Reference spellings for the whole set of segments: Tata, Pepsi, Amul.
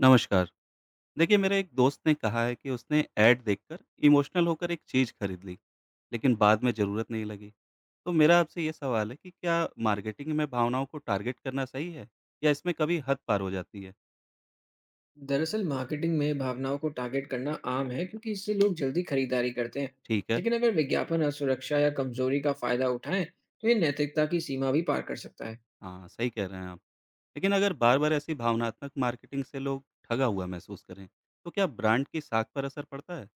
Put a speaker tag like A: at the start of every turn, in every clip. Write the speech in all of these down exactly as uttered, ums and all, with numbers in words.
A: नमस्कार। देखिए मेरे एक दोस्त ने कहा है कि उसने ऐड देखकर इमोशनल होकर एक चीज़ खरीद ली, लेकिन बाद में ज़रूरत नहीं लगी। तो मेरा आपसे ये सवाल है कि क्या मार्केटिंग में भावनाओं को टारगेट करना सही है या इसमें कभी हद पार हो जाती है?
B: दरअसल मार्केटिंग में भावनाओं को टारगेट करना आम है क्योंकि इससे लोग जल्दी खरीदारी करते हैं।
A: ठीक है।
B: लेकिन अगर विज्ञापन असुरक्षा या कमजोरी का फायदा उठाएं तो ये नैतिकता की सीमा भी पार कर सकता है।
A: हाँ, सही कह रहे हैं आप। लेकिन अगर बार-बार ऐसी भावनात्मक मार्केटिंग से लोग ठगा हुआ महसूस करें, तो क्या ब्रांड की साख पर असर पड़ता है?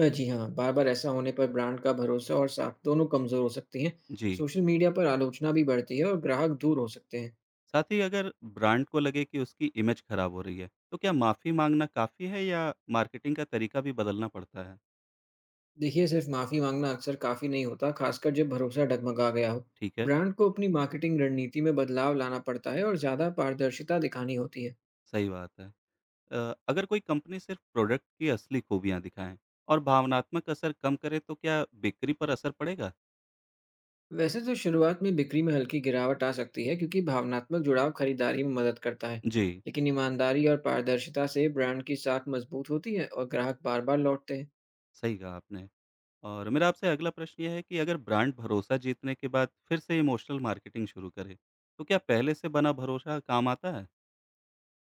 B: अ, जी हाँ, बार बार ऐसा होने पर ब्रांड का भरोसा और साख दोनों कमजोर हो सकती हैं।
A: जी।
B: सोशल मीडिया पर आलोचना भी बढ़ती है और ग्राहक दूर हो सकते हैं।
A: साथ ही अगर ब्रांड को लगे कि उसकी इमेज खराब हो रही है, तो क्या माफ़ी माँगना काफ़ी है या मार्केटिंग का तरीका भी बदलना पड़ता है?
B: देखिए, सिर्फ माफी मांगना अक्सर काफी नहीं होता, खासकर जब भरोसा डगमगा गया हो।
A: ठीक है।
B: ब्रांड को अपनी मार्केटिंग रणनीति में बदलाव लाना पड़ता है और ज्यादा पारदर्शिता दिखानी होती है।
A: सही बात है। अ, अगर कोई कंपनी सिर्फ प्रोडक्ट की असली खूबियाँ दिखाएँ और भावनात्मक असर कम करे तो क्या बिक्री पर असर पड़ेगा?
B: वैसे तो शुरुआत में बिक्री में हल्की गिरावट आ सकती है क्योंकि भावनात्मक जुड़ाव खरीदारी में मदद करता है।
A: जी।
B: लेकिन ईमानदारी और पारदर्शिता से ब्रांड की साख मजबूत होती है और ग्राहक बार बार लौटते हैं।
A: सही कहा आपने। और मेरा आपसे अगला प्रश्न ये है कि अगर ब्रांड भरोसा जीतने के बाद फिर से इमोशनल मार्केटिंग शुरू करे, तो क्या पहले से बना भरोसा काम आता है?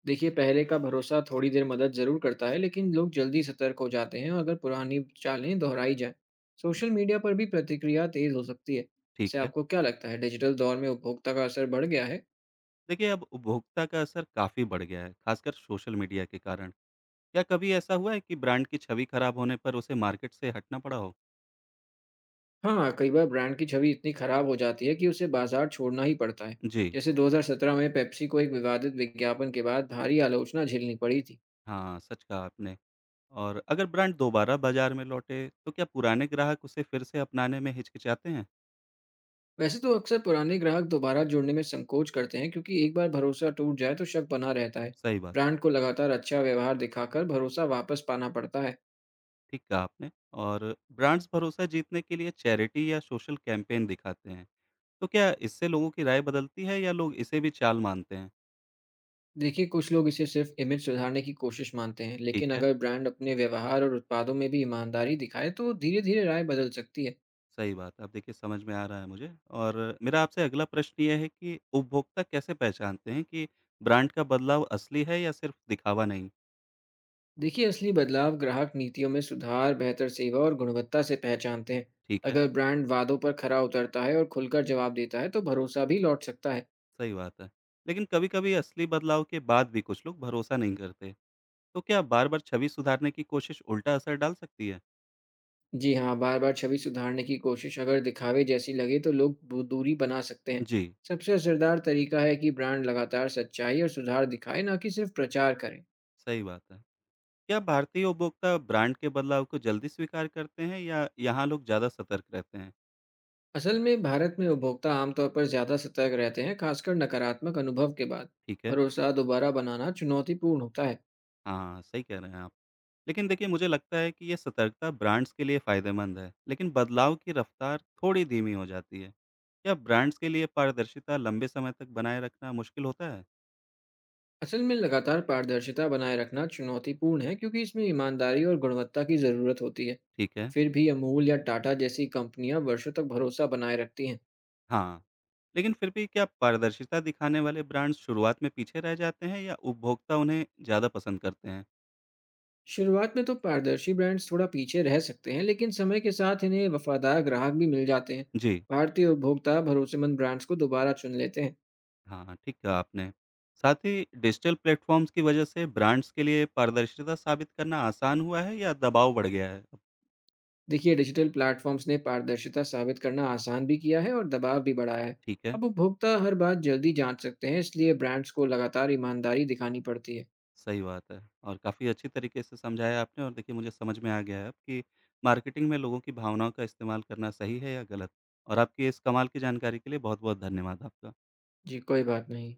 B: देखिए, पहले का भरोसा थोड़ी देर मदद जरूर करता है, लेकिन लोग जल्दी सतर्क हो जाते हैं अगर पुरानी चालें दोहराई जाए। सोशल मीडिया पर भी प्रतिक्रिया तेज हो सकती है।
A: ठीक
B: इससे
A: है।
B: आपको क्या लगता है, डिजिटल दौर में उपभोक्ता का असर बढ़ गया है?
A: देखिए अब उपभोक्ता का असर काफ़ी बढ़ गया है, खासकर सोशल मीडिया के कारण। क्या कभी ऐसा हुआ है कि ब्रांड की छवि खराब होने पर उसे मार्केट से हटना पड़ा हो?
B: हाँ, कई बार ब्रांड की छवि इतनी खराब हो जाती है कि उसे बाजार छोड़ना ही पड़ता है।
A: जी।
B: जैसे दो हज़ार सत्रह में पेप्सी को एक विवादित विज्ञापन के बाद भारी आलोचना झेलनी पड़ी थी।
A: हाँ, सच कहा आपने। और अगर ब्रांड दोबारा बाजार में लौटे, तो क्या पुराने ग्राहक उसे फिर से अपनाने में हिचकिचाते हैं?
B: वैसे तो अक्सर पुराने ग्राहक दोबारा जुड़ने में संकोच करते हैं क्योंकि एक बार भरोसा टूट जाए तो शक बना रहता है।
A: सही बात।
B: ब्रांड को लगातार अच्छा व्यवहार दिखाकर भरोसा वापस पाना पड़ता है।
A: ठीक कहा आपने। और ब्रांड्स भरोसा जीतने के लिए चैरिटी या सोशल कैंपेन दिखाते हैं। तो क्या इससे लोगों की राय बदलती है या लोग इसे भी चाल मानते हैं?
B: देखिए, कुछ लोग इसे सिर्फ इमेज सुधारने की कोशिश मानते हैं,
A: ठीक
B: लेकिन
A: है।
B: अगर ब्रांड अपने व्यवहार और उत्पादों में भी ईमानदारी दिखाए तो धीरे-धीरे राय बदल सकती है।
A: सही बात। अब देखिए समझ में आ रहा है मुझे। और मेरा आपसे अगला प्रश्न ये है कि उपभोक्ता कैसे पहचानते हैं कि ब्रांड का बदलाव असली है या सिर्फ दिखावा नहीं?
B: देखिए, असली बदलाव ग्राहक नीतियों में सुधार, बेहतर सेवा और गुणवत्ता से पहचानते हैं।
A: ठीक है।
B: अगर ब्रांड वादों पर खरा उतरता है और खुलकर जवाब देता है तो भरोसा भी लौट सकता है।
A: सही बात है। लेकिन कभी-कभी असली बदलाव के बाद भी कुछ लोग भरोसा नहीं करते। तो क्या बार-बार छवि सुधारने की कोशिश उल्टा असर डाल सकती है?
B: जी हाँ, बार बार छवि सुधारने की कोशिश अगर दिखावे जैसी लगे तो लोग दू- दूरी बना सकते हैं।
A: जी।
B: सबसे असरदार तरीका है कि ब्रांड लगातार सच्चाई और सुधार दिखाए, ना कि सिर्फ प्रचार करें।
A: सही बात है। क्या भारतीय उपभोक्ता ब्रांड के बदलाव को जल्दी स्वीकार करते हैं या यहाँ लोग ज़्यादा सतर्क रहते हैं?
B: असल में भारत में उपभोक्ता आमतौर पर ज़्यादा सतर्क रहते हैं, खासकर नकारात्मक अनुभव के बाद।
A: ठीक है।
B: भरोसा दोबारा बनाना चुनौतीपूर्ण होता है।
A: हाँ, सही कह रहे हैं आप। लेकिन देखिए मुझे लगता है कि ये सतर्कता ब्रांड्स के लिए फ़ायदेमंद है, लेकिन बदलाव की रफ्तार थोड़ी धीमी हो जाती है। क्या ब्रांड्स के लिए पारदर्शिता लंबे समय तक बनाए रखना मुश्किल होता है?
B: असल में लगातार पारदर्शिता बनाए रखना चुनौतीपूर्ण है क्योंकि इसमें ईमानदारी और गुणवत्ता की ज़रूरत होती है।
A: ठीक है।
B: फिर भी अमूल या टाटा जैसी कंपनियां वर्षों तक भरोसा बनाए रखती हैं।
A: हाँ, लेकिन फिर भी क्या पारदर्शिता दिखाने वाले ब्रांड्स शुरुआत में पीछे रह जाते हैं या उपभोक्ता उन्हें ज़्यादा पसंद करते हैं?
B: शुरुआत में तो पारदर्शी ब्रांड्स थोड़ा पीछे रह सकते हैं, लेकिन समय के साथ इन्हें वफादार ग्राहक भी मिल जाते हैं।
A: जी।
B: भारतीय उपभोक्ता भरोसेमंद ब्रांड्स को दोबारा चुन लेते हैं।
A: हाँ, ठीक कहा आपने। साथ ही डिजिटल प्लेटफ़ॉर्म्स की वजह से ब्रांड्स के लिए पारदर्शिता साबित करना आसान हुआ है या दबाव बढ़ गया है? अब
B: देखिए, डिजिटल प्लेटफॉर्म्स ने पारदर्शिता साबित करना आसान भी किया है और दबाव भी बढ़ाया है।
A: ठीक है,
B: अब उपभोक्ता हर बात जल्दी जांच सकते हैं, इसलिए ब्रांड्स को लगातार ईमानदारी दिखानी पड़ती है।
A: सही बात है और काफ़ी अच्छी तरीके से समझाया आपने और देखिए मुझे समझ में आ गया है अब कि मार्केटिंग में लोगों की भावनाओं का इस्तेमाल करना सही है या गलत। और आपकी इस कमाल की जानकारी के लिए बहुत-बहुत धन्यवाद आपका।
B: जी, कोई बात नहीं।